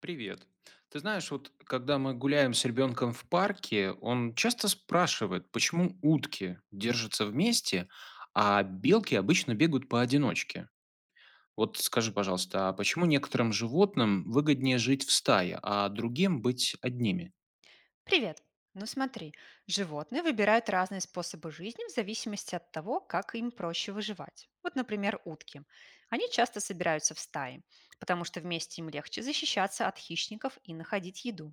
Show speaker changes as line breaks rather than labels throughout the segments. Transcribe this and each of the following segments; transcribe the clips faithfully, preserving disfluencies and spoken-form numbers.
Привет. Ты знаешь, вот когда мы гуляем с ребенком в парке, он часто спрашивает, почему утки держатся вместе, а белки обычно бегают поодиночке. Вот скажи, пожалуйста, а почему некоторым животным выгоднее жить в стае, а другим быть одними?
Привет! Ну смотри, животные выбирают разные способы жизни в зависимости от того, как им проще выживать. Вот, например, утки. Они часто собираются в стаи, потому что вместе им легче защищаться от хищников и находить еду.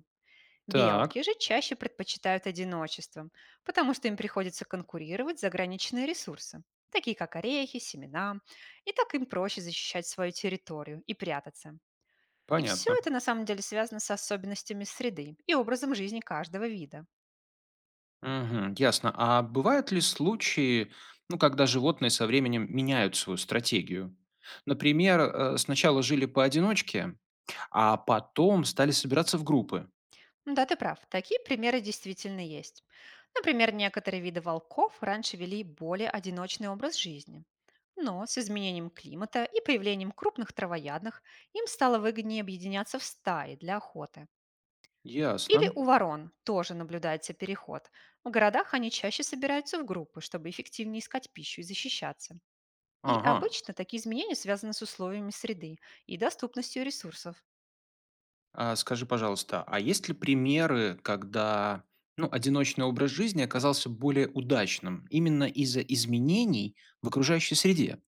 Так,
Белки же чаще предпочитают одиночество, потому что им приходится конкурировать за ограниченные ресурсы, такие как орехи, семена, и так им проще защищать свою территорию и прятаться. И все
понятно.
это на самом деле связано с особенностями среды и образом жизни каждого вида.
Мгм, ясно. А бывают ли случаи, ну, когда животные со временем меняют свою стратегию? Например, э, сначала жили поодиночке, а потом стали собираться в группы.
Да, ты прав. Такие примеры действительно есть. Например, некоторые виды волков раньше вели более одиночный образ жизни. Но с изменением климата и появлением крупных травоядных им стало выгоднее объединяться в стаи для охоты.
Ясно.
Или у ворон тоже наблюдается переход. В городах они чаще собираются в группы, чтобы эффективнее искать пищу и защищаться. И
Ага.
обычно такие изменения связаны с условиями среды и доступностью ресурсов.
А скажи, пожалуйста, а есть ли примеры, когда, ну, одиночный образ жизни оказался более удачным именно из-за изменений в окружающей среде?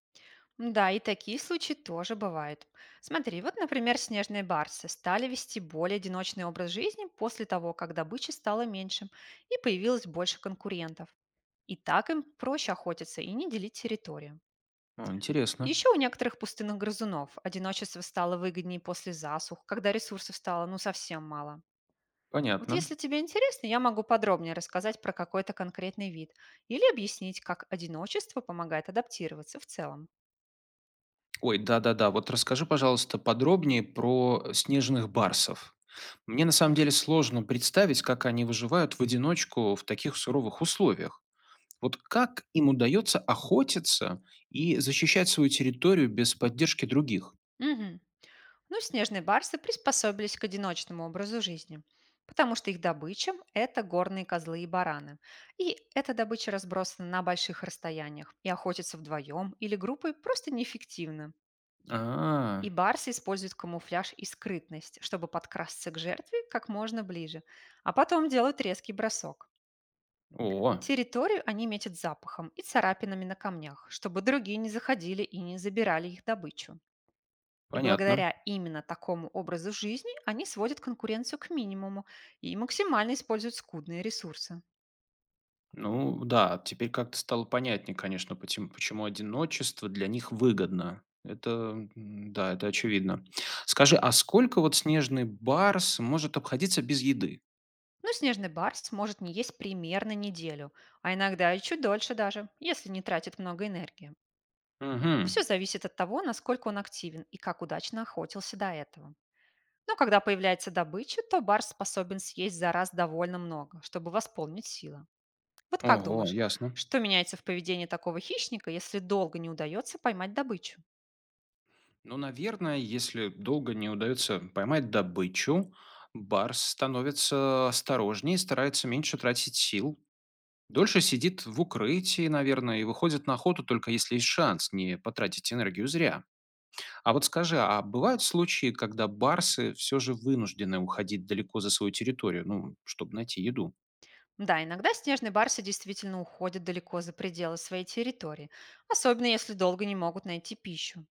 Да, и такие случаи тоже бывают. Смотри, вот, например, снежные барсы стали вести более одиночный образ жизни после того, как добычи стало меньше и появилось больше конкурентов. И так им проще охотиться и не делить территорию.
О, интересно.
Еще у некоторых пустынных грызунов одиночество стало выгоднее после засух, когда ресурсов стало ну совсем мало. Вот
Понятно.
если тебе интересно, я могу подробнее рассказать про какой-то конкретный вид или объяснить, как одиночество помогает адаптироваться в целом.
Ой, да-да-да, вот расскажи, пожалуйста, подробнее про э, снежных барсов. Мне на самом деле сложно представить, как они выживают в одиночку в таких суровых условиях. Вот как им удается охотиться и защищать свою территорию без поддержки других?
Мгм. Но снежные барсы приспособились к одиночному образу жизни, потому что их добыча – это горные козлы и бараны. И эта добыча разбросана на больших расстояниях, и охотиться вдвоем или группой просто неэффективно.
А,
И барсы используют камуфляж и скрытность, чтобы подкрасться к жертве как можно ближе, а потом делают резкий бросок.
о,
Территорию они метят запахом и царапинами на камнях, чтобы другие не заходили и не забирали их добычу. И
понятно.
благодаря именно такому образу жизни они сводят конкуренцию к минимуму и максимально используют скудные ресурсы.
Ну да, теперь как-то стало понятнее, конечно, потем- почему одиночество для них выгодно. Это, м, да, это очевидно. Скажи, а сколько вот снежный барс может обходиться без еды?
Но снежный барс может не есть примерно неделю, а иногда и чуть дольше даже, если не тратит много энергии.
Угу.
Все зависит от того, насколько он активен и как удачно охотился до этого. Но когда появляется добыча, то барс способен съесть за раз довольно много, чтобы восполнить силы. Вот как
Ого,
думаешь,
ясно.
что меняется в поведении такого хищника, если долго не удается поймать добычу?
Ну, наверное, если долго не удается поймать добычу, барс становится осторожнее и старается меньше тратить сил, дольше сидит в укрытии, наверное, и выходит на охоту, только если есть шанс не потратить энергию зря. А вот скажи, а бывают случаи, когда барсы все же вынуждены уходить далеко за свою территорию, ну, чтобы найти еду?
Да, иногда снежные барсы действительно уходят далеко за пределы своей территории, особенно если долго не могут найти пищу.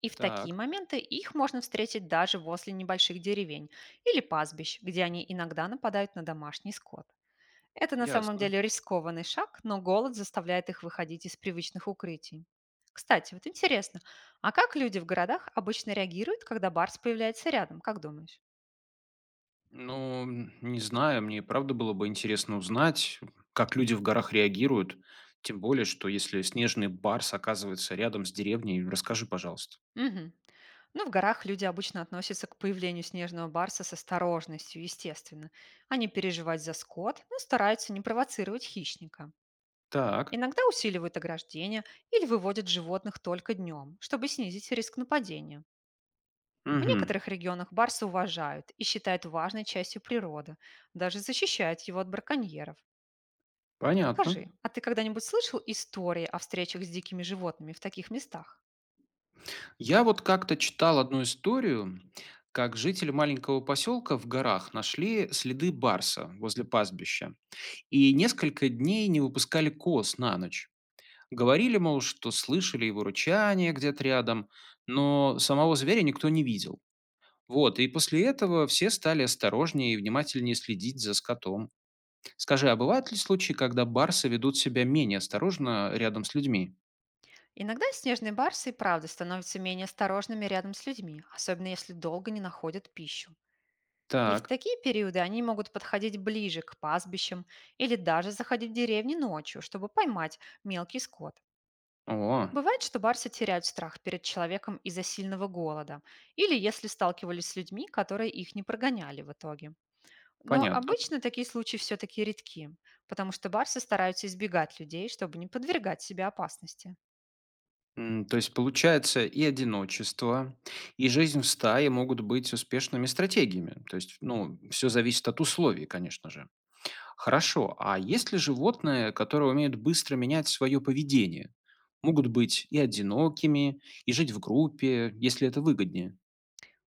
И в такие
Так,
моменты их можно встретить даже возле небольших деревень или пастбищ, где они иногда нападают на домашний скот. Это на самом
ясно.
деле рискованный шаг, но голод заставляет их выходить из привычных укрытий. Кстати, вот интересно, а как люди в городах обычно реагируют, когда барс появляется рядом, как думаешь?
Ну, м, не знаю, мне и правда было бы интересно узнать, как люди в горах реагируют. Тем более, что если снежный барс оказывается рядом с деревней, расскажи, пожалуйста.
Мгм. Ну, в горах люди обычно относятся к появлению снежного барса с осторожностью, естественно. Они переживают за скот, но стараются не провоцировать хищника.
Так,
Иногда усиливают ограждение или выводят животных только днем, чтобы снизить риск нападения. В
угу,
некоторых регионах барса уважают и считают важной частью природы, даже защищают его от браконьеров.
понятно.
Скажи, а ты когда-нибудь слышал истории о встречах с дикими животными в таких местах?
Я вот как-то читал одну историю, как жители маленького поселка в горах нашли следы барса возле пастбища и несколько дней не выпускали коз на ночь. Говорили, мол, что слышали его рычание где-то рядом, но самого зверя никто не видел. Вот, и после этого все стали осторожнее и внимательнее следить за скотом. Скажи, а бывают ли случаи, когда барсы ведут себя менее осторожно рядом с людьми?
Иногда снежные барсы и правда становятся менее осторожными рядом с людьми, особенно если долго не находят пищу. И в
Так,
такие периоды они могут подходить ближе к пастбищам или даже заходить в деревни ночью, чтобы поймать мелкий скот.
о,
Бывает, что барсы теряют страх перед человеком из-за сильного голода или если сталкивались с людьми, которые их не прогоняли в итоге. Но
понятно.
обычно такие случаи все-таки редки, потому что барсы стараются избегать людей, чтобы не подвергать себя опасности.
М, то есть, получается, и одиночество, и жизнь в стае могут быть успешными стратегиями. То есть, ну, все зависит от условий, конечно же. Хорошо, а есть ли животные, которые умеют быстро менять свое поведение? Могут быть и одинокими, и жить в группе, если это выгоднее.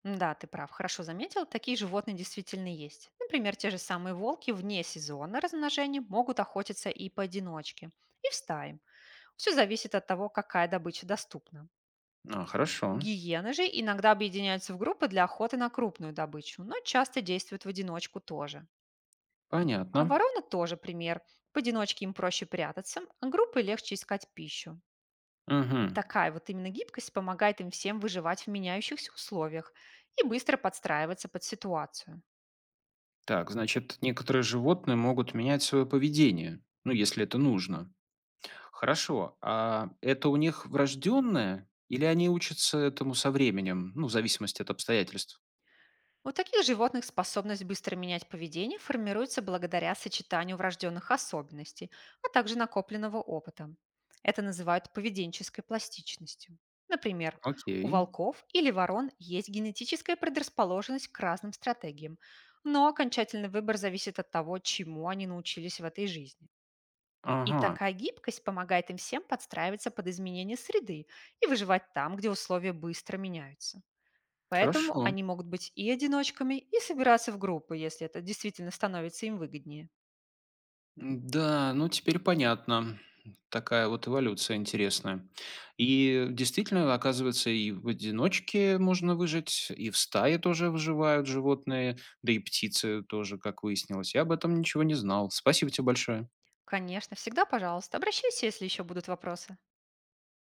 Да, ты прав, хорошо заметил, такие животные действительно есть. Например, те же самые волки вне сезона размножения могут охотиться и поодиночке, и в стае. Все зависит от того, какая добыча доступна.
А, хорошо,
Гиены же иногда объединяются в группы для охоты на крупную добычу, но часто действуют в одиночку тоже. А
понятно.
вороны тоже пример. Поодиночке им проще прятаться, а группы легче искать пищу. И
Мгм.
такая вот именно гибкость помогает им всем выживать в меняющихся условиях и быстро подстраиваться под ситуацию.
Так, значит, некоторые животные могут менять свое поведение, ну, если это нужно. Хорошо. А это у них врожденное или они учатся этому со временем, ну, в зависимости от обстоятельств?
У таких животных способность быстро менять поведение формируется благодаря сочетанию врожденных особенностей, а также накопленного опыта. Это называют поведенческой пластичностью. Например, у
Окей.
волков или ворон есть генетическая предрасположенность к разным стратегиям, но окончательный выбор зависит от того, чему они научились в этой жизни. И
Ага.
такая гибкость помогает им всем подстраиваться под изменения среды и выживать там, где условия быстро меняются. Поэтому
Хорошо.
они могут быть и одиночками, и собираться в группы, если это действительно становится им выгоднее.
Да, ну теперь понятно. Такая вот эволюция интересная. И действительно, оказывается, и в одиночке можно выжить, и в стае тоже выживают животные, да и птицы тоже, как выяснилось. Я об этом ничего не знал. Спасибо тебе большое.
Конечно, всегда, пожалуйста, обращайся, если еще будут вопросы.